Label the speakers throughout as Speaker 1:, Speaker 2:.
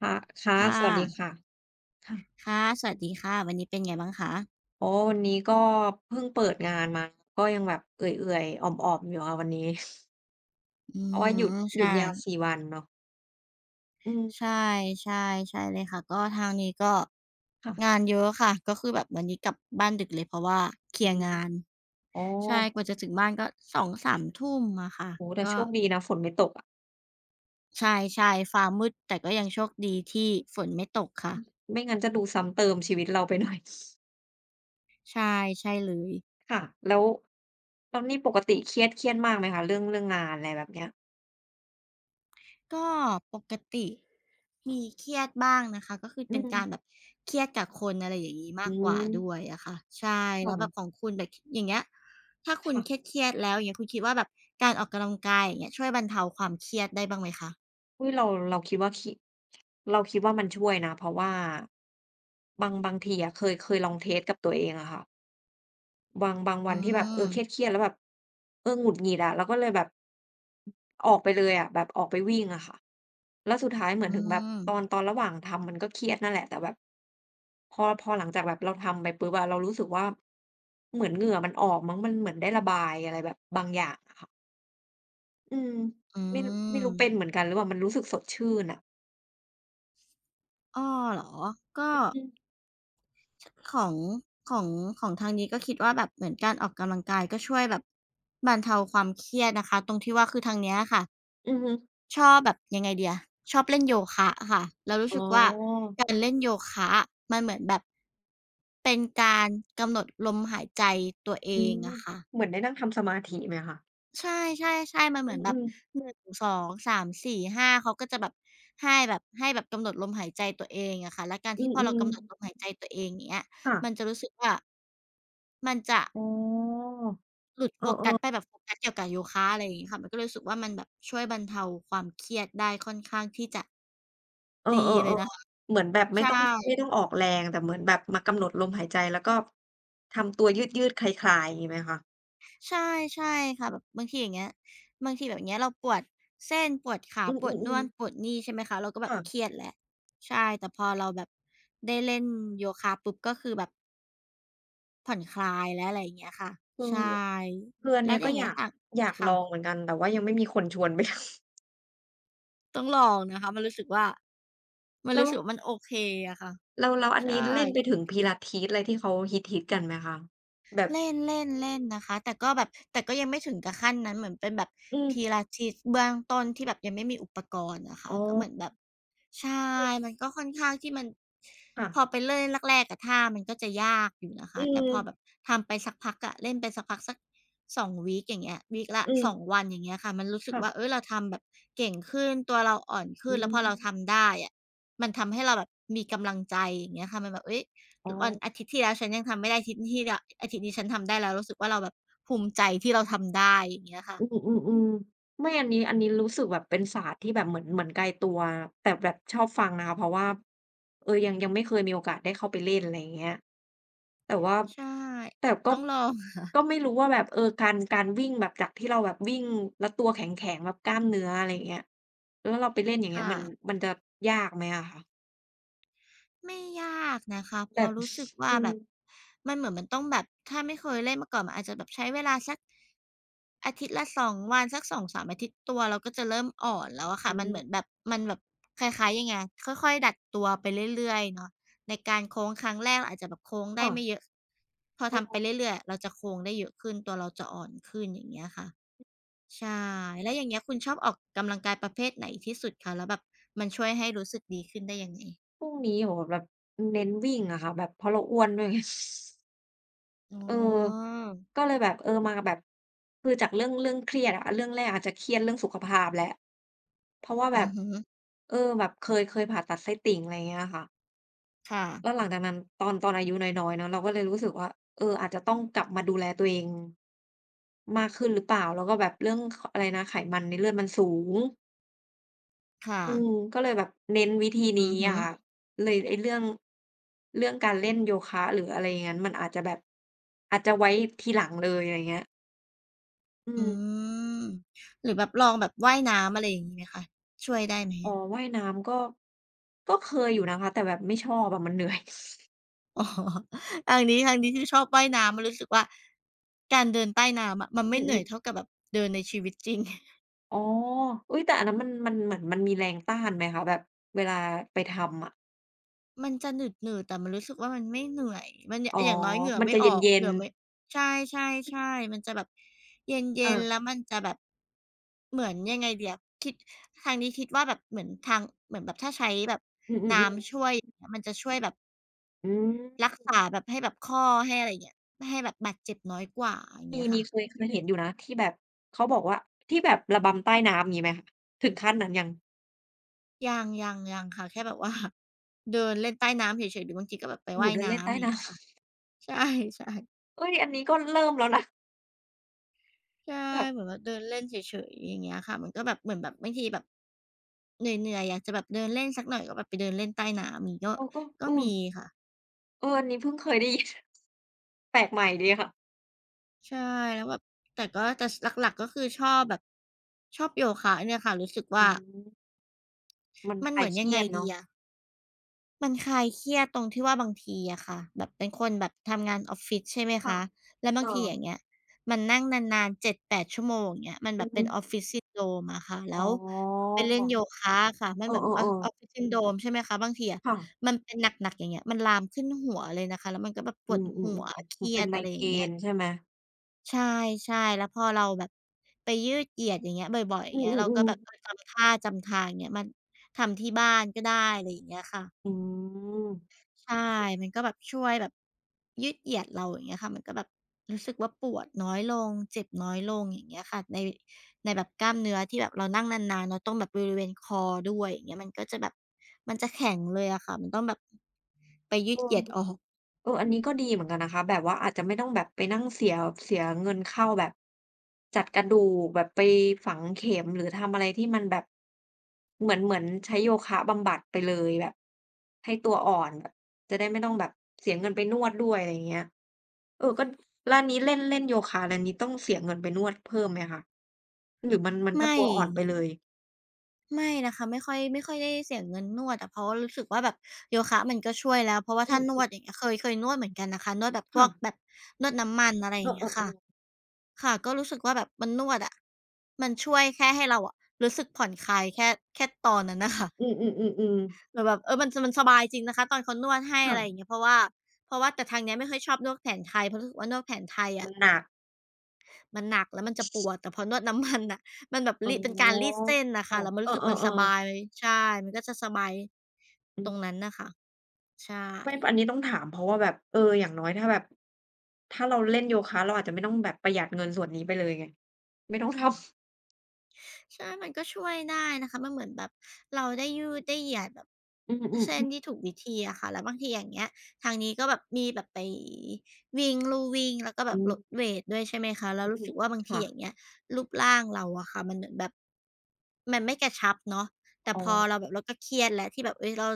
Speaker 1: ค่ะค่ะส
Speaker 2: ค่ะ
Speaker 1: วัสดีค่ะค่ะ
Speaker 2: ค่ะสวัสดีค่ะวันนี้เป็นไงบ้างคะ
Speaker 1: อ๋อวันนี้ก็เพิ่งเปิดงานมาก็ยังแบบเอื่อยๆอ่อมๆอยู่ค่ะวันนี้
Speaker 2: อื
Speaker 1: เพราะว่าหยุด
Speaker 2: ม
Speaker 1: หยุ
Speaker 2: ใช่
Speaker 1: ดยาว4วันเนาะอืม
Speaker 2: ใช่ ใช่ ใช่เลยค่ะก็ทางนี้ก็งา
Speaker 1: ค่ะ
Speaker 2: นเยอะค่ะ ก็คือแบบวันนี้กลับบ้านดึกเลยเพราะว่าเคลี
Speaker 1: อื
Speaker 2: ยร์
Speaker 1: ม
Speaker 2: งาน
Speaker 1: อ๋อ
Speaker 2: ใช่กว่าจะถึงบ้านก็สสองสามทุ่มอะค่ะ
Speaker 1: โอ้โฮแต่
Speaker 2: ก็
Speaker 1: โชคดีนะฝนไม่ตกอะ
Speaker 2: ใช่ๆฟ้ามืดแต่ก็ยังโชคดีที่ฝนไม่ตกค่ะ
Speaker 1: ไม่งั้นจะดูซ้ำเติมชีวิตเราไปหน่อย
Speaker 2: ใช่ใช่เลย
Speaker 1: ค่ะแล้วนี่ปกติเครียดมากไหมคะเรื่องงานอะไรแบบเนี้ย
Speaker 2: ก็ปกติมีเครียดบ้างนะคะก็คือ
Speaker 1: อื
Speaker 2: เป็น
Speaker 1: ม
Speaker 2: การแบบเครียดกับคนอะไรอย่างงี้มา
Speaker 1: อื
Speaker 2: กกว่า
Speaker 1: ม
Speaker 2: ด้วยอะค่ะใช่แล้วแบบขอ
Speaker 1: ค่ะ
Speaker 2: งคุณแบบอย่างเงี้ยถ้าคุณเค
Speaker 1: ค่ะ
Speaker 2: รียดๆแล้วอย่างเงี้ยคุณคิดว่าแบบการออกกำลังกายอย่างเงี้ยช่วยบรรเทาความเครียดได้บ้างไหมคะ
Speaker 1: อุ๊ยเราว่าคิเราคิดว่ามันช่วยนะเพราะว่าบางทีอะเคยลองเทสกับตัวเองอะค่ะบางวั
Speaker 2: อื
Speaker 1: นที่แบบเออ
Speaker 2: ม
Speaker 1: เครียดๆแล้วแบบเออหงุดหงิดอะเราก็เลยแบบออกไปเลยอะแบบออกไปวิ่งอะค่ะแล้วสุดท้ายเหมือ
Speaker 2: อื
Speaker 1: นถึงแบบ
Speaker 2: ม
Speaker 1: ตอนระหว่างทำมันก็เครียดนั่นแหละแต่แบบพอหลังจากแบบเราทำไปปุ๊บอะเรารู้สึกว่าเหมือนเหงื่อมันออกมั้งมันเหมือนได้ระบายอะไรแบบบางอย่างอะค่ะอืม
Speaker 2: อื
Speaker 1: ไม่
Speaker 2: ม
Speaker 1: รู้เป็นเหมือนกันหรือเปล่ามันรู้สึกสดชื่นอะ
Speaker 2: อ้อเหรอก็
Speaker 1: อืม
Speaker 2: ชของของของทางนี้ก็คิดว่าแบบเหมือนการออกกำลังกายก็ช่วยแบบบรรเทาความเครียดนะคะตรงที่ว่าคือทางเนี้ยค่ะ
Speaker 1: อือฮึ
Speaker 2: ชอบแบบยังไงดีอะชอบเล่นโยคะอะค่ะเรารู้
Speaker 1: อ๋อ
Speaker 2: สึกว่าการเล่นโยคะอมันเหมือนแบบเป็นการกำหนดลมหายใจตัวเอ
Speaker 1: อื
Speaker 2: ง
Speaker 1: ม
Speaker 2: อะค่ะ
Speaker 1: เหมือนได้นั่งทำสมาธิไหมคะ
Speaker 2: ใช่ๆๆมัน
Speaker 1: อ
Speaker 2: เหมือนแบ
Speaker 1: ื
Speaker 2: บ
Speaker 1: มๆ
Speaker 2: 1่งสองสามสี่ห้5เขาก็จะแบบให้แบบกำหนดลมหายใจตัวเองอะค่ะแล้วการ
Speaker 1: อื
Speaker 2: ที่พอเรา
Speaker 1: ม
Speaker 2: กำหนดลม
Speaker 1: ๆ
Speaker 2: หายใจตัวเองอย่างเงี้ยมัน
Speaker 1: ค่ะ
Speaker 2: จะรู้สึกว่ามันจะ
Speaker 1: อ๋อ
Speaker 2: หลุดโฟกัสไป
Speaker 1: เออ
Speaker 2: แบบโฟกัสเกี่ยวกับโยคะอะไรอย่างงี้ค่ะมันก็เลยรู้สึกว่ามันแบบช่วยบรรเทาความเครียดได้ค่อนข้างที่จะ
Speaker 1: ๆเออ
Speaker 2: ดีเลยนะคะ
Speaker 1: ๆๆเหมือนแบบไม่
Speaker 2: ใช
Speaker 1: ต้องไม่
Speaker 2: ่
Speaker 1: ต้องออกแรงแต่เหมือนแบบมากำหนดลมหายใจแล้วก็ทำตัวยืดๆคลายๆอย่างงี้ไหมคะ
Speaker 2: ใช่ใช่ค่ะแบบบางทีอย่างเงี้ยบางทีแบบเงี้ยเราปวดเส้นปวดขา
Speaker 1: อื
Speaker 2: ปวดนู่
Speaker 1: อ
Speaker 2: น
Speaker 1: ๆๆ
Speaker 2: ปวดนี่ใช่ไหมคะเราก็แบบ
Speaker 1: ค่ะ
Speaker 2: เครียดแล้วใช่แต่พอเราแบบได้เล่นโยคะปุ๊บก็คือแบบผ่อนคลายแล้วอะไรอย่างเงี้ยค่ะ
Speaker 1: เอ
Speaker 2: ใช
Speaker 1: อ
Speaker 2: ่
Speaker 1: คืออัน
Speaker 2: แล้
Speaker 1: เนี้
Speaker 2: ว
Speaker 1: ย
Speaker 2: อ
Speaker 1: ก็
Speaker 2: ย่าง
Speaker 1: อ
Speaker 2: เงี้ย
Speaker 1: ยาก
Speaker 2: ค่ะ
Speaker 1: ล
Speaker 2: ค่ะ
Speaker 1: องเหมือนกันแต่ว่ายังไม่มีคนชวนไป
Speaker 2: ต้องลองนะคะมันรู้สึกว่ามัน
Speaker 1: แล้
Speaker 2: รู้
Speaker 1: ว
Speaker 2: สึกว่ามันโอเคอะค่ะ
Speaker 1: อัน
Speaker 2: ใช่
Speaker 1: นี้เล่นไปถึง Pilates อะไรที่เขาฮิตๆกันไหมคะแบบ
Speaker 2: เล่นเล่นเล่นนะคะแต่ก็แบบแต่ก็ยังไม่ถึงกับขั้นนั้นเหมือนเป็นแบบ
Speaker 1: อืม
Speaker 2: พ i ลา t e s เบื้องต้นที่แบบยังไม่มีอุปกรณ์อะค่ะ
Speaker 1: อ๋อ
Speaker 2: ก็เหมือนแบบใช่มันก็ค่อนข้างที่มัน
Speaker 1: ค่ะ
Speaker 2: พอไปเล่นแรกๆอะท่ามันก็จะยากอยู่นะ
Speaker 1: อื
Speaker 2: คะแต่พอแบบ
Speaker 1: ม
Speaker 2: ทำไปสักพักอะเล่นไปสักพักสัก2วีกอย่างเงี้ยวีกละ
Speaker 1: อื
Speaker 2: 2
Speaker 1: ม
Speaker 2: วันอย่างเงี้ยค่ะมันรู้สึก
Speaker 1: ค่ะ
Speaker 2: ว่าเฮ้ยเราทำแบบเก่งขึ้นตัวเราอ่อนขึ้
Speaker 1: อื
Speaker 2: นแล้ว
Speaker 1: ม
Speaker 2: พอเราทำได้อะมันทำให้เราแบบมีกำลังใจอย่างเงี้ยค่ะมันแบบเฮ้ย
Speaker 1: อ๋อ
Speaker 2: วันอาทิตย์ที่แล้วฉันยังทำไม่ได้อาทิตย์ที่แล้วอาทิตย์นี้ฉันทำได้แล้วรู้สึกว่าเราแบบภูมิใจที่เราทำได้อย่างเงี้ยค่ะ
Speaker 1: อืมๆๆไม่อันนี้อันนี้รู้สึกแบบเป็นศาสตร์ที่แบบเหมือนไกลตัวแต่แบบชอบฟังนะคะเพราะว่าเออยังไม่เคยมีโอกาส ได้เข้าไปเล่นอะไรอย่างเงี้ยแต่ว่า
Speaker 2: ใช่
Speaker 1: แต่ก็
Speaker 2: ต้องลอง
Speaker 1: ก็ไม่รู้ว่าแบบเออการวิ่งแบบจากที่เราแบบวิ่งแล้วตัวแข็งๆแบบกล้ามเนื้ออะไรอย่างเงี้ยแล้วเราไปเล่นอย่างเงี้ย
Speaker 2: ค่ะ
Speaker 1: มันมันจะยากไหมอะคะ
Speaker 2: ไม่ยากนะคะเพ
Speaker 1: แบ
Speaker 2: ราะ
Speaker 1: บ
Speaker 2: รู้สึกว่า
Speaker 1: อืม
Speaker 2: แบบมันเหมือนมันต้องแบบถ้าไม่เคยเล่นมาก่อนมันอาจจะแบบใช้เวลาสักอาทิตย์ละสองวันสักสองสามอาทิตย์ตัวเราก็จะเริ่มอ่อนแล้วอะ
Speaker 1: อื
Speaker 2: ค่ะมัน
Speaker 1: ม
Speaker 2: เหมือนแบบมันแบบคล้ายๆยังไงค่อยๆดัดตัวไปเรื่อยๆเนาะในการโค้งครั้งแรกเราอาจจะแบบโค้งได้
Speaker 1: ค่ะ
Speaker 2: ไม่เยอะพอทำไป
Speaker 1: เออ
Speaker 2: เรื่อยๆอะเราจะโค้งได้เยอะขึ้นตัวเราจะอ่อนขึ้นอย่างเงี้ยค่ะใช่แล้วอย่างเงี้ยคุณชอบออกกำลังกายประเภทไหนที่สุดคะแล้วแบบมันช่วยให้รู้สึกดีขึ้นได้ยังไง
Speaker 1: พวนี้โอ้โฮแบบเน้นวิ่งอะค่ะแบบเพราะเราอ้วนด้วย ไง
Speaker 2: อ๋อ
Speaker 1: เออก็เลยแบบเออมาแบบคือจากเรื่องเครียดอะเรื่องแรกอาจจะเครียดเรื่องสุขภาพแหละเพราะว่าแบ
Speaker 2: อื
Speaker 1: บ
Speaker 2: อฮึ
Speaker 1: เออแบบเคยผ่าตัดไส้ติ่งอะไรเงี้ยค่ะ
Speaker 2: ค่ะ
Speaker 1: แล้วหลังจากนั้นตอนอายุน้อยๆเนาะเราก็เลยรู้สึกว่าเอออาจจะต้องกลับมาดูแลตัวเองมากขึ้นหรือเปล่าแล้วก็แบบเรื่องขอะไรนะไขมันในเลือดมันสูง
Speaker 2: ค่ะ
Speaker 1: อืมก็เลยแบบเน้นวิธีนี้
Speaker 2: อือฮึ
Speaker 1: อะค่ะเลยไอ้เรื่องการเล่นโยคะหรืออะไรอย่างงั้นมันอาจจะแบบอาจจะไว้ทีหลังเลยอะไรเงี้ย อื
Speaker 2: อื
Speaker 1: ม
Speaker 2: มหรือแบบลองแบบว่ายน้ำอะไรอย่างงี้ไหมคะช่วยได้ไหม
Speaker 1: อ๋อว่ายน้ำก็ก็เคยอยู่นะคะแต่แบบไม่ชอบอะมันเหนื่อย
Speaker 2: อ๋อทางนี้ทางนี้คือชอบว่ายน้ำมันรู้สึกว่าการเดินใต้น้ำอะมัน
Speaker 1: อื
Speaker 2: ไม่เหนื่อ
Speaker 1: ม
Speaker 2: ย
Speaker 1: ๆ
Speaker 2: เท่ากับแบบเดินในชีวิตจริง
Speaker 1: อ๋ออุ๊ยแต่อันนั้นมันมันเหมือนมันมีแรงต้านไหมคะแบบเวลาไปทำอะ
Speaker 2: มันจะหนืดๆแต่มันรู้สึกว่ามันไม่เหนื่อยมันย
Speaker 1: อ๋อ
Speaker 2: อย่างน้อยเหงื่อ
Speaker 1: มัน
Speaker 2: ไม่
Speaker 1: จะเ
Speaker 2: ออก
Speaker 1: ย็
Speaker 2: เห
Speaker 1: น
Speaker 2: งื่อ
Speaker 1: ๆ
Speaker 2: ไม่ใช่ๆๆมันจะแบบเย็
Speaker 1: อา
Speaker 2: นๆแล้วมันจะแบบเหมือนยังไงดีอะคิดทางนี้คิดว่าแบบเหมือนทางเหมือนแบบถ้าใช้แบบ
Speaker 1: อืม
Speaker 2: น้ำช่ว
Speaker 1: ๆๆ
Speaker 2: ยอย่างเงี้ยมันจะช่วยแบบ
Speaker 1: อืม
Speaker 2: รักษาแบบให้แบบข้อให้อะไรอย่างเงี้ยให้แบบบาดเจ็บน้อยกว่าอย่าง
Speaker 1: มี
Speaker 2: เงี้ยค่ะ
Speaker 1: เคยเห็นอยู่นะที่แบบเขาบอกว่าที่แบบระบำใต้น้ำงี้ไหมคะถึงขั้นนั้นยัง
Speaker 2: ยังค่ะแค่แบบว่า เดินเล่นใต้น้ำเฉยๆหรือบางทีก็แบบไป
Speaker 1: โอ้โฮ
Speaker 2: ว่าย
Speaker 1: เดินเล่น
Speaker 2: น้ำ
Speaker 1: ใต้
Speaker 2: อย่างเงี้
Speaker 1: น้ำ
Speaker 2: ยค่ะใช่ๆ
Speaker 1: เฮ้ยอันนี้ก็เริ่มแล้วนะ
Speaker 2: ใช่
Speaker 1: แบบ
Speaker 2: เหมือนแบบเดินเล่นเฉยๆอย่างเงี้ยค่ะมันก็แบบเหมือนแบบบางทีแบบเหนื่อยๆอยากจะแบบเดินเล่นสักหน่อยก็แบบไปเดินเล่นใต้น้ำงี้ก็
Speaker 1: เออก็
Speaker 2: ก็
Speaker 1: อืม
Speaker 2: มีค่ะ
Speaker 1: เอออันนี้เพิ่งเคยได้ยิน แปลกใหม่ดีค่ะ
Speaker 2: ใช่แล้วแบบแต่ก็แต่หลักๆก็คือชอบแบบชอบโยคะเนี่ยค่ะรู้สึก
Speaker 1: อื
Speaker 2: ว่า
Speaker 1: มมัน
Speaker 2: มัน
Speaker 1: ค
Speaker 2: เห
Speaker 1: ลา
Speaker 2: มื
Speaker 1: ย
Speaker 2: อน
Speaker 1: เค
Speaker 2: ยัง
Speaker 1: รี
Speaker 2: ไง
Speaker 1: ยด
Speaker 2: ดี
Speaker 1: เนาะ
Speaker 2: อะ มันคลายเครียดตรงที่ว่าบางทีอะค่ะแบบเป็นคนแบบทำงานออฟฟิศใช่ไหม
Speaker 1: ค่ะ
Speaker 2: คะแล้วบา
Speaker 1: เอ
Speaker 2: ง
Speaker 1: อ
Speaker 2: ทีอย่างเงี้ยมันนั่งนานๆ7-8ชั่วโมงอย่างเงี้ยมันแบ
Speaker 1: อือ
Speaker 2: บ
Speaker 1: ฮึ
Speaker 2: เป็น Office Syndrome อะค่ะแล้
Speaker 1: อ๋
Speaker 2: วพอ
Speaker 1: อ
Speaker 2: ไปเล่นโยคะอะค่ะมัน
Speaker 1: เอ
Speaker 2: เหมือน
Speaker 1: อๆๆ
Speaker 2: Office Syndrome ใช่ไหมคะบางทีอะ
Speaker 1: ค่ะ
Speaker 2: มันเป็นหนักๆอย่างเงี้ยมันลามขึ้นหัวเลยนะคะแล้วมันก็แบบป
Speaker 1: อื
Speaker 2: วดหั
Speaker 1: ม
Speaker 2: ว
Speaker 1: ๆ
Speaker 2: เค
Speaker 1: ๆเหมือ
Speaker 2: รี
Speaker 1: น
Speaker 2: ย
Speaker 1: เป็น
Speaker 2: ด
Speaker 1: ไม
Speaker 2: อะไรอ
Speaker 1: เก
Speaker 2: ย่า
Speaker 1: ร
Speaker 2: งเงี้ย
Speaker 1: นใช่ไหม
Speaker 2: ใช่ๆแล้วพอเราแบบไปยืดเหยียดอย่างเงี้ยบ่อยๆอย่า
Speaker 1: อื
Speaker 2: งเงี้ยเราก็
Speaker 1: อ
Speaker 2: แบ
Speaker 1: ๆ
Speaker 2: บเออ
Speaker 1: ๆ
Speaker 2: จำท่าจำทางอย่างเงี้ยมันทำที่บ้านก็ได้อะไรอย่างเงี้ยค่ะ
Speaker 1: อืม
Speaker 2: ใช่มันก็แบบช่วยแบบยืดเหยียดเราอย่างเงี้ยค่ะมันก็แบบรู้สึกว่าปวดน้อยลงเจ็บน้อยลงอย่างเงี้ยค่ะในแบบกล้ามเนื้อที่แบบเรานั่งนานๆเราต้องแบบบริเวณคอด้วยอย่างเงี้ยมันก็จะแบบมันจะแข็งเลยอะค่ะมันต้องแบบไปยื
Speaker 1: เอ
Speaker 2: ดเห
Speaker 1: อ
Speaker 2: ยียดออก
Speaker 1: เอออันนี้ก็ดีเหมือนกันนะคะแบบว่าอาจจะไม่ต้องแบบไปนั่งเสียเงินเข้าแบบจัดกระดูกแบบไปฝังเข็มหรือทำอะไรที่มันแบบเหมือนใช้โยคะบำบัดไปเลยแบบให้ตัวอ่อนแบบจะได้ไม่ต้องแบบเสียเงินไปนวดด้วยอะไรอย่างเงี้ยเออก็แล้วอันนี้เล่นเล่นโยคะแล้วนนี้ต้องเสียเงินไปนวดเพิ่มไหมคะหรือมันมันก็
Speaker 2: ไม่
Speaker 1: ตัวอ่อนไปเลย
Speaker 2: ไม่นะคะไม่ค่อยได้เสียเงินนวดอะเพราะว่ารู้สึกว่าแบบโยคะมันก็ช่วยแล้วเพราะว่า
Speaker 1: อื
Speaker 2: ถ้า
Speaker 1: ม
Speaker 2: นวดอย่างเงี้ยเคยนวดเหมือนกันนะคะนวดแบบ
Speaker 1: ๆ
Speaker 2: พว
Speaker 1: ค่ะ
Speaker 2: กแบบนวดน้ำมันอะไรอ
Speaker 1: เออ
Speaker 2: ย่างเงี้ยค่ะ
Speaker 1: ๆ
Speaker 2: ค่ะก็รู้สึกว่าแบบมันนวดอะมันช่วยแค่ให้เราอะรู้สึกผ่อนคลายแค่ตอนนั้นน่ะ
Speaker 1: ๆอื
Speaker 2: ค่ะ
Speaker 1: อๆๆๆ
Speaker 2: แต่แบบเออมันสบายจริงนะคะตอนเขานวดให้อะไรอย่าง
Speaker 1: ค่ะ
Speaker 2: เงี้ยเพราะว่าแต่ทางเนี้ยไม่ค่อยชอบนวดแผนไทยเพราะรู้สึกว่านวดแผนไทยอะ
Speaker 1: มันหนัก
Speaker 2: มันหนักแล้วมันจะปวดแต่พอนวดน้ำมันน่ะมันแบบ
Speaker 1: อ๋
Speaker 2: รีดเป็นการรีด
Speaker 1: อ
Speaker 2: เส้นน่ะ
Speaker 1: เ
Speaker 2: ค่ะแล้วมัน
Speaker 1: ออ
Speaker 2: รู้สึกมันสบาย
Speaker 1: ๆๆ
Speaker 2: ใช่มันก็จะสบาย
Speaker 1: อื
Speaker 2: ตรงนั้น
Speaker 1: ม
Speaker 2: น่ะค่ะใช่
Speaker 1: ไม่อันนี้ต้องถามเพราะว่าแบบเอออย่างน้อยถ้าแบบถ้าเราเล่นโยคะเราอาจจะไม่ต้องแบบประหยัดเงินส่วนนี้ไปเลยไงไม่ต้องทำ
Speaker 2: ใช่มันก็ช่วยได้นะคะมันเหมือนแบบเราได้ยืดได้เหยียดแบบ
Speaker 1: อืม
Speaker 2: เส้นที่
Speaker 1: ๆๆ
Speaker 2: ถูกวิธีอะค่ะแล้วบางทีอย่างเงี้ยทางนี้ก็แบบมีแบบไปวิ่งลู่วิ่งแล้วก็แบ
Speaker 1: อื
Speaker 2: บลด
Speaker 1: ม
Speaker 2: เวตด้วยใช่ไหมคะแล้ว
Speaker 1: อื
Speaker 2: รู้
Speaker 1: อ
Speaker 2: สึกว่าบาง
Speaker 1: ๆ
Speaker 2: ที
Speaker 1: ค่ะ
Speaker 2: อย่างเงี้ยรูปร่างเราอะค่ะมันเหมือนแบบมันไม่กระชับเนาะ แต่
Speaker 1: อ๋อ
Speaker 2: พอเราแบบเราก็เครียดแล้วที่แบบเฮ้ยเรา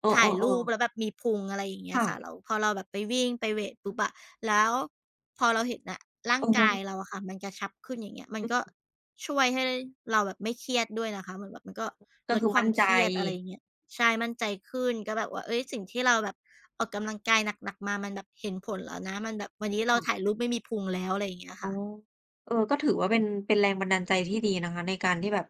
Speaker 1: เออ
Speaker 2: ถ่ายรูป
Speaker 1: ๆ
Speaker 2: แล้ว
Speaker 1: ๆ
Speaker 2: แบบมีพุงอะไรอย่างเงี้ย
Speaker 1: ค่ะ
Speaker 2: ค่ะแล้วพอเราแบบไปวิ่งไปเวตปุ๊บอะแล้วพอเราเห็นน่ะร่า
Speaker 1: เอ
Speaker 2: งกาย
Speaker 1: อ
Speaker 2: เราอะค่ะมันกระชับขึ้นอย่างเงี้ยมัน
Speaker 1: อื
Speaker 2: ก็
Speaker 1: ม
Speaker 2: ช่วยให้เราแบบไม่เครียดด้วยนะคะเหมือนแบบมันก็
Speaker 1: ก็
Speaker 2: ลด
Speaker 1: คือ
Speaker 2: ควา
Speaker 1: มั่
Speaker 2: ม
Speaker 1: นใจ
Speaker 2: เครียดอะไรอย่างเงี้ยใช่มั่นใจขึ้นก็แบบว่าเฮ้ยสิ่งที่เราแบบออกกำลังกายหนักๆมามันแบบเห็นผลแล้วนะมันแบบวันนี้เราถ่าย
Speaker 1: ค่ะ
Speaker 2: รูปไม่มีพุงแล้วอะไรอย่างเงี้ย
Speaker 1: อ๋อ
Speaker 2: ค่ะ
Speaker 1: เออก็ถือว่าเป็นเป็นแรงบันดาลใจที่ดีนะคะในการที่แบบ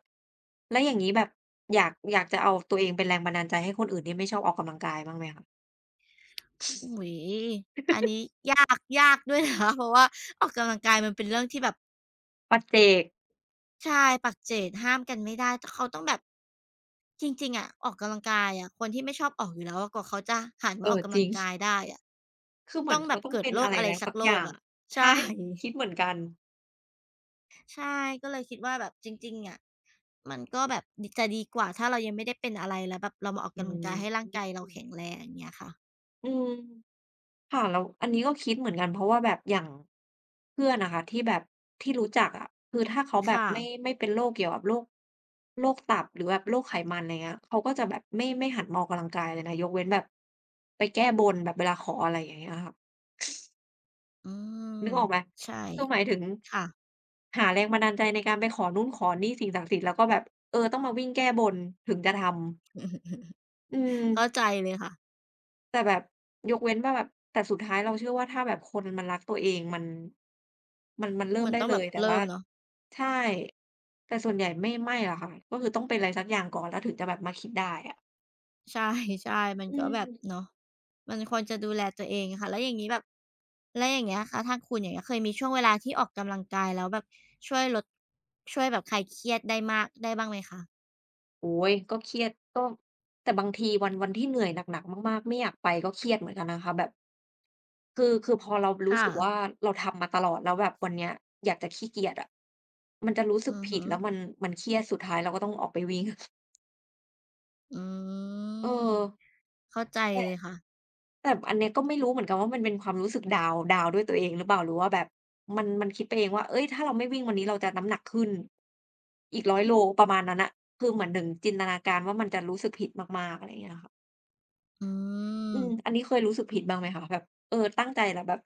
Speaker 1: แล้วอย่างงี้แบบอยากจะเอาตัวเองเป็นแรงบันดาลใจให้คนอื่นที่ไม่ชอบออกกำลังกายบ้างไหมคะ
Speaker 2: โอ้โฮอันนี้ยากด้วยนะคะเพราะว่าออกกำลังกายมันเป็นเรื่องที่แบบ
Speaker 1: ปัจเจก
Speaker 2: ใช่ปักเจตห้ามกันไม่ได้แตเขาต้องแบบจริงๆอะออกกำลังกายอะคนที่ไม่ชอบออกอยู่แล้วอะกว่าเขาจะหัน
Speaker 1: เอ
Speaker 2: มาออ
Speaker 1: อ
Speaker 2: ก
Speaker 1: จ
Speaker 2: กำลั
Speaker 1: ริ
Speaker 2: ง
Speaker 1: ง
Speaker 2: กายได้อะ
Speaker 1: คือเหมื
Speaker 2: ต้
Speaker 1: อ
Speaker 2: อ
Speaker 1: น
Speaker 2: งแบ
Speaker 1: เขา
Speaker 2: บ
Speaker 1: ต้อง
Speaker 2: เกิด
Speaker 1: เป็น
Speaker 2: โร
Speaker 1: อะ
Speaker 2: ค
Speaker 1: ไร
Speaker 2: อะไร
Speaker 1: แล้ว
Speaker 2: สัก
Speaker 1: สัก
Speaker 2: โร
Speaker 1: อ
Speaker 2: ค
Speaker 1: ย่าง
Speaker 2: อะ
Speaker 1: อะใช่
Speaker 2: ใช่
Speaker 1: คิดเหมือนกัน
Speaker 2: ใช่ก็เลยคิดว่าแบบจริงๆอะมันก็แบบจะดีกว่าถ้าเรายังไม่ได้เป็นอะไรแล้วแบบเรามาออก
Speaker 1: อื
Speaker 2: กำลังกายให้ร่า
Speaker 1: ม
Speaker 2: งกายเราแข็งแรงอย่างเงี้ยค่ะ
Speaker 1: อืมค่ะแล้วอันนี้ก็คิดเหมือนกันเพราะว่าแบบอย่างเพื่อนอะค่ะที่แบบที่รู้จักอะคือถ้าเขาแบบ
Speaker 2: ค่ะ
Speaker 1: ไม่เป็นโรคเกี่ยวกับโรคโรคตับหรือแบบโรคไขมันอะไรเงี้ยเขาก็จะแบบไม่หันมาออกกำลังกายเลยนะยกเว้นแบบไปแก้บนแบบเวลาขออะไรอย่างเงี้ยค่ะ
Speaker 2: อื
Speaker 1: นึ
Speaker 2: ม
Speaker 1: กออกไหม
Speaker 2: ใช่
Speaker 1: คือหมายถึง
Speaker 2: ค่ะ
Speaker 1: หาแรงบันดาลใจในการไปขอนู่นขอนี่สิ่งศักดิ์สิทธิ์แล้วก็แบบเออต้องมาวิ่งแก้บนถึงจะทำ อืม
Speaker 2: เข้าใจเลยค่ะ
Speaker 1: แต่แบบยกเว้นว่าแบบแต่สุดท้ายเราเชื่อว่าถ้าแบบคนมันรักตัวเองมันมันเริ่ม
Speaker 2: มัน
Speaker 1: ได้
Speaker 2: ต้อง
Speaker 1: เล
Speaker 2: แบบ
Speaker 1: ยแต่
Speaker 2: เริ่
Speaker 1: ว่า
Speaker 2: มเนาะ
Speaker 1: ใช่แต่ส่วนใหญ่ไม่อะค่ะก็คือต้องเป็นอะไรสักอย่างก่อนแล้วถึงจะแบบมาคิดได้อะ
Speaker 2: ใช่ใช่มัน
Speaker 1: อื
Speaker 2: ก็แบบ
Speaker 1: ม
Speaker 2: เนาะมันควรจะดูแลตัวเองค่ะ แล้วอย่างงี้แบบ แล้วอย่างเงี้ยค่ะทางคุณอย่างเงี้ยเคยมีช่วงเวลาที่ออกกำลังกายแล้วแบบช่วยลดช่วยแบบคลายเครียดได้มากได้บ้างไหมคะ
Speaker 1: โอ้ยก็เครียดก็แต่บางทีวันที่เหนื่อยหนักๆมากๆไม่อยากไปก็เครียดเหมือนกันนะคะแบบคือพอเรารู้
Speaker 2: ค่ะ
Speaker 1: สึกว่าเราทำมาตลอดแล้วแบบวันเนี้ยอยากจะขี้เกียจอะมันจะรู้สึก
Speaker 2: อือ
Speaker 1: ผิด
Speaker 2: ฮึ
Speaker 1: แล้วมันมันเครียดสุดท้ายเราก็ต้องออกไปวิ่ง
Speaker 2: อื
Speaker 1: เออ
Speaker 2: มเข้าใจ
Speaker 1: ใช่
Speaker 2: เลยค่ะ
Speaker 1: แต่อันเนี้ยก็ไม่รู้เหมือนกันว่ามันเป็นความรู้สึกดาวน์ด้วยตัวเองหรือเปล่าหรือว่าแบบมันคิดไปเองว่าเฮ้ยถ้าเราไม่วิ่งวันนี้เราจะน้ำหนักขึ้นอีกร้อยโลประมาณนั้นน่ะคือเหมือนถึงจินตนาการว่ามันจะรู้สึกผิดมากๆอะไรอย่างเงี้ยค่ะ
Speaker 2: อื
Speaker 1: อื
Speaker 2: ม
Speaker 1: มอันนี้เคยรู้สึกผิดบ้างไหมคะแบบเออตั้งใจแต่แบบ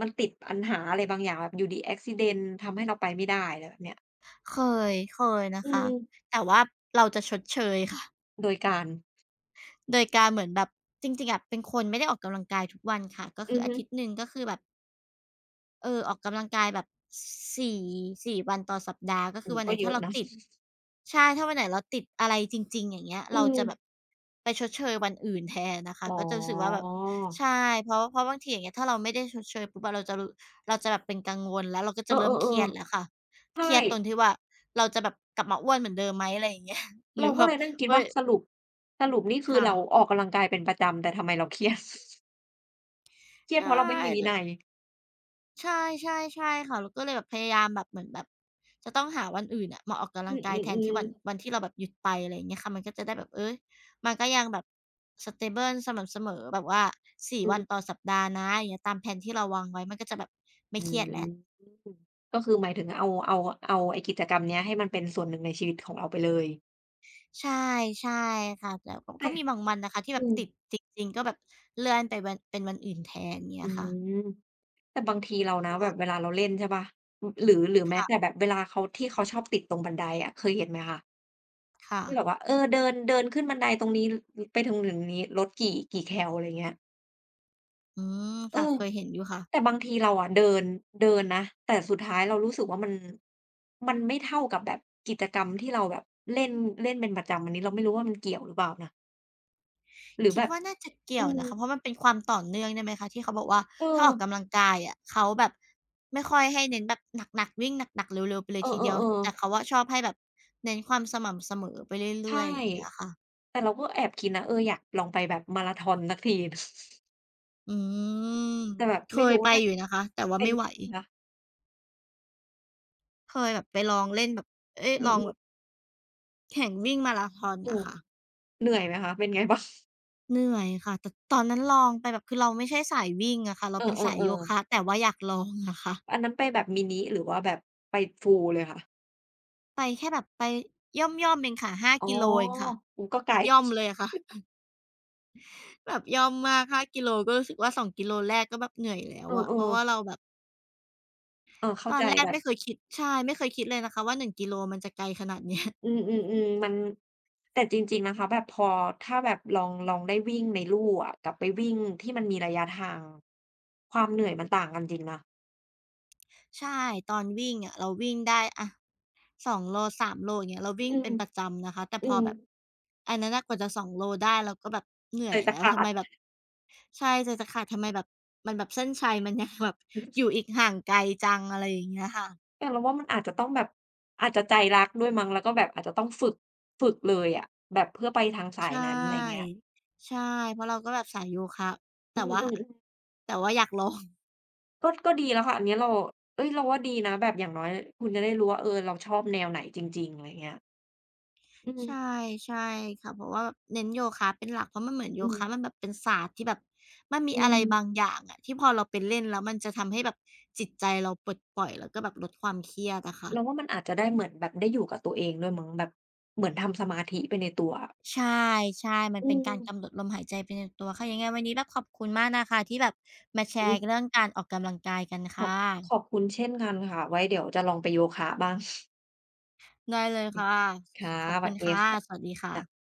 Speaker 1: มันติดปัญหาอะไรบางอย่างแบบอยู่ดี accident ทำให้เราไปไม่ได้อะไรแบบเนี้ย
Speaker 2: เคเคยนะ
Speaker 1: อื
Speaker 2: คะ
Speaker 1: ม
Speaker 2: แต่ว่าเราจะชดเชยค่ะ
Speaker 1: โดยการ
Speaker 2: โดยการเหมือนแบบจริงๆอะเป็นคนไม่ได้ออกกำลังกายทุกวันค่ะ ก็
Speaker 1: อื
Speaker 2: คื
Speaker 1: อ
Speaker 2: ออา
Speaker 1: ฮึ
Speaker 2: ทิตย์หนึ่งก็คือแบบ เออออกกำลังกายแบบสี4วันต่อสัปดาห์ก็
Speaker 1: โอ้
Speaker 2: คือ
Speaker 1: โฮ
Speaker 2: วันไห
Speaker 1: ก็
Speaker 2: น
Speaker 1: เย
Speaker 2: ถ้า
Speaker 1: อะ
Speaker 2: เรา
Speaker 1: นะ
Speaker 2: ติดใช่ถ้าวันไหนเราติดอะไรจริงๆอย่างเงี้ย
Speaker 1: อื
Speaker 2: เรา
Speaker 1: ม
Speaker 2: จะแบบไปชดเชยวันอื่นแทนน่ะค่ะ
Speaker 1: อ๋อ
Speaker 2: ก็จะรู้สึกว่าแบบใช่เพราะบางทีอย่างเงี้ยถ้าเราไม่ได้ชดเชยปุ๊บอะเราจะแบบเป็นกังวลแล้วเราก็
Speaker 1: เอ
Speaker 2: จะ
Speaker 1: อ
Speaker 2: เริ่มเครียดแล้ว
Speaker 1: ๆ
Speaker 2: ค่ะ
Speaker 1: ๆใช่
Speaker 2: เครียดตรงที่ว่าเราจะแบบกลับมาอ้วนเหมือนเดิมไหมอะไรอย่างเงี้ย หรื
Speaker 1: เรา
Speaker 2: อ
Speaker 1: ก็
Speaker 2: แบ
Speaker 1: เล
Speaker 2: บ
Speaker 1: ยนั่งคิด
Speaker 2: เฮ้
Speaker 1: ว่า
Speaker 2: ย
Speaker 1: สรุปสรุปนี่คือเรา
Speaker 2: ค่ะ
Speaker 1: ออกกำลังกายเป็นประจำแต่ทำไมเราเครียด เครียด
Speaker 2: ใช่
Speaker 1: เพราะเราไม่มีวินัย
Speaker 2: ใช่ใช่ค่ะเราก็เลยแบบพยายามแบบเหมือนแบบจะต้องหาวันอื่นอะมาออกกำลั
Speaker 1: อื
Speaker 2: งกายแทนที่
Speaker 1: อ
Speaker 2: วัน
Speaker 1: ๆๆ
Speaker 2: วันที่เราแบบหยุดไปอะไรอย่างเงี้ยค่ะมันก็จะได้แบบเอ๊ยมันก็ยังแบบ stable สม่ำเสมอแบบว่า4
Speaker 1: อื
Speaker 2: วัน
Speaker 1: ม
Speaker 2: ต่อสัปดาห์นะอย่างเงี้ยตามแพลนที่เราวางไว้มันก็จะแบบไม่
Speaker 1: อื
Speaker 2: เครียดแล้ว
Speaker 1: มก็คือหมายถึงเอาไอ้กิจกรรมเนี้ยให้มันเป็นส่วนหนึ่งในชีวิตของเราไปเลย
Speaker 2: ใช่ใช่ค่ะแต่ก็
Speaker 1: แต่
Speaker 2: ก็มีบางวันนะคะที่แบ
Speaker 1: อื
Speaker 2: บ
Speaker 1: ม
Speaker 2: ติดจริงๆก็แบบเลื่อนไปเป็นวันอื่นแทนเงี้
Speaker 1: อื
Speaker 2: ยค่ะ
Speaker 1: มแต่บางทีเรานะแบบเวลาเราเล่นใช่เปล่าอหรือแม้แต่
Speaker 2: ค่ะ
Speaker 1: แบบเวลาเขาที่เขาชอบติดตรงบันไดอะเคยเห็นไหมคะ
Speaker 2: ค่ะ
Speaker 1: ที่แบบว่าเออเดินเดินขึ้นบันไดตรงนี้ลไปถึงถึงนี้ลดกี่แคลอะไรเงี้ย
Speaker 2: อืม
Speaker 1: เอ
Speaker 2: ค่ะ
Speaker 1: อ
Speaker 2: เคยเห็นอยู่ค่ะ
Speaker 1: แต่บางทีเราอะเดินเดินนะแต่สุดท้ายเรารู้สึกว่ามันมันไม่เท่ากับแบบกิจกรรมที่เราแบบเล่นเล่นเป็นประจำอันนี้เราไม่รู้ว่ามันเกี่ยวหรือเปล่านะหรือแบ
Speaker 2: คิด
Speaker 1: บ
Speaker 2: ว่าน่าจะเกี่
Speaker 1: อื
Speaker 2: ยว
Speaker 1: ม
Speaker 2: นะคะเพราะมันเป็นความต่อเนื่องด้่ยไหมคะที่เขาบอกว่า
Speaker 1: เอ
Speaker 2: ถ้าออก
Speaker 1: อ
Speaker 2: กำลังกายอะเขาแบบไม่ค่อยให้เน้นแบบหนักๆวิ่งหนักๆเร็วๆไปเล
Speaker 1: เอ
Speaker 2: ยทีเดียว
Speaker 1: อๆ
Speaker 2: แต่
Speaker 1: ๆ
Speaker 2: เขาอะชอบให้แบบเน้นความสม่ำเสมอไปเรื่อ
Speaker 1: ใช่
Speaker 2: ยๆอย่างเงี้ยค่ะ
Speaker 1: แต่เราก็แอบคิดนะเอออยากลองไปแบบมาราธอนสักที
Speaker 2: อืม
Speaker 1: แต่แบบ
Speaker 2: เค
Speaker 1: ไม่
Speaker 2: ย
Speaker 1: รู้
Speaker 2: ไป
Speaker 1: น่า
Speaker 2: อยู่นะคะแต่ว่า
Speaker 1: เป็น
Speaker 2: ไม่ไหว
Speaker 1: นะ
Speaker 2: เคยแบบไปลองเล่นแบบเอ๊ย
Speaker 1: อื
Speaker 2: ล
Speaker 1: อ
Speaker 2: องแบบ
Speaker 1: ๆ
Speaker 2: แข่งวิ่งมาราธอน
Speaker 1: เออ
Speaker 2: น่ะค่ะ
Speaker 1: เหนื่อยไหมคะเป็นไงบ้าง
Speaker 2: เหนื่อยค่ะแต่ตอนนั้นลองไปแบบคือเราไม่ใช่สายวิ่งอะค่ะเรา
Speaker 1: เอ
Speaker 2: เป็นสายโย
Speaker 1: อ
Speaker 2: คะ
Speaker 1: ๆ
Speaker 2: แต่ว่าอยากลองอะค่ะ
Speaker 1: ๆอันนั้นไปแบบมินิหรือว่าแบบไป full เลยค่ะ
Speaker 2: ไปแค่แบบไปย่อมๆเองค่ะห้า
Speaker 1: อ๋อ
Speaker 2: กิโลเองค่ะ
Speaker 1: โอ้ก็ไกล
Speaker 2: ย่อม เลยอะค่ะ แบบย่อมมาก5กิโลก็รู้สึกว่า2 กิโลแรกก็แบบเหนื่อยแล้
Speaker 1: เอ
Speaker 2: วอะเพ
Speaker 1: อ
Speaker 2: ราะว่า
Speaker 1: ๆ
Speaker 2: เราแบบ
Speaker 1: เออเข้า
Speaker 2: ตอ
Speaker 1: ใจ
Speaker 2: นแรก
Speaker 1: แบบ
Speaker 2: ไม่เคยคิดเลยนะคะว่า1 กิโลมันจะไกลขนาดเนี้ย
Speaker 1: อืมๆๆมันแต่จริงๆนะคะแบบพอถ้าแบบลองได้วิ่งในลู่อะกับไปวิ่งที่มันมีระยะทางความเหนื่อยมันต่างกันจริงนะ
Speaker 2: ใช่ตอนวิ่งอะเราวิ่งได้อะ2โล3 โลอย่างเงี้ยเราวิ่ง
Speaker 1: อื
Speaker 2: เป็
Speaker 1: ม
Speaker 2: นประจำนะคะแต่
Speaker 1: อื
Speaker 2: พอ
Speaker 1: ม
Speaker 2: แบบอันนั้นน่ะกว่าจะ2 โลได้เราก็แบบเหนื่
Speaker 1: ใจ
Speaker 2: อย
Speaker 1: จะ
Speaker 2: แล้ว
Speaker 1: ขา
Speaker 2: ทำไม
Speaker 1: ด
Speaker 2: แบบใช่ใจจะขาดทำไมแบบมันแบบเส้นชัยมันยังแบบอยู่ อีกห่างไกลจังอะไรอย่างเงี้ยค่ะ
Speaker 1: แต่เราว่ามันอาจจะต้องแบบอาจจะใจรักด้วยมั้งแล้วก็แบบอาจจะต้องฝึกเลยอะแบบเพื่อไปทางสาย
Speaker 2: ใช่
Speaker 1: นั้นอะไรเงี้ย
Speaker 2: ใช่เพราะเราก็แบบสายโยคะ
Speaker 1: อื
Speaker 2: แต่ว่า
Speaker 1: มๆๆ
Speaker 2: แต่ว่าอยากลอง
Speaker 1: ก็ก็ดีแล้วค่ะอันเนี้ยเราเฮ้ยเราว่าดีนะแบบอย่างน้อยคุณจะได้รู้ว่าเออเราชอบแนวไหนจริงๆอะไรเงี้ยอื
Speaker 2: ใช่
Speaker 1: ม
Speaker 2: ใช่ค่ะเพราะว่าเน้นโยคะเป็นหลักเพราะมันเหมือนโย
Speaker 1: อืม
Speaker 2: คะมันแบบเป็นศาสตร์ที่แบบมันมี
Speaker 1: อื
Speaker 2: อะไร
Speaker 1: ม
Speaker 2: บางอย่างอะที่พอเราไปเล่นแล้วมันจะทำให้แบบจิตใจเราปลดปล่อยแล้วก็แบบลดความเครียดอะ
Speaker 1: เราว่า
Speaker 2: ค่ะ
Speaker 1: มันอาจจะได้เหมือนแบบได้อยู่กับตัวเองด้วยมั้งแบบเหมือนทำสมาธิไปในตัวอ
Speaker 2: ใช่ใช่มัน
Speaker 1: ื
Speaker 2: เป็นการ
Speaker 1: ม
Speaker 2: กำหนดลมหายใจไปในตัวค่ะยังไงวันนี้แบบขอบคุณมากนะคะที่แบบมาแช
Speaker 1: อุ๊
Speaker 2: ร์
Speaker 1: ย
Speaker 2: เรื่องการออกกำลังกายกัน
Speaker 1: ขอ
Speaker 2: ค่
Speaker 1: บขอบ
Speaker 2: ะ
Speaker 1: คุณเช่นกันค่ะไว้เดี๋ยวจะลองไปโยคะบ้าง
Speaker 2: ได้เลยค่ะ
Speaker 1: ค่ะ
Speaker 2: ขอบ
Speaker 1: ส
Speaker 2: คุ
Speaker 1: วัส
Speaker 2: ณ
Speaker 1: ดี
Speaker 2: ค่ะ
Speaker 1: ค่ะ
Speaker 2: สวัสดี
Speaker 1: จ้ะ
Speaker 2: ค่ะ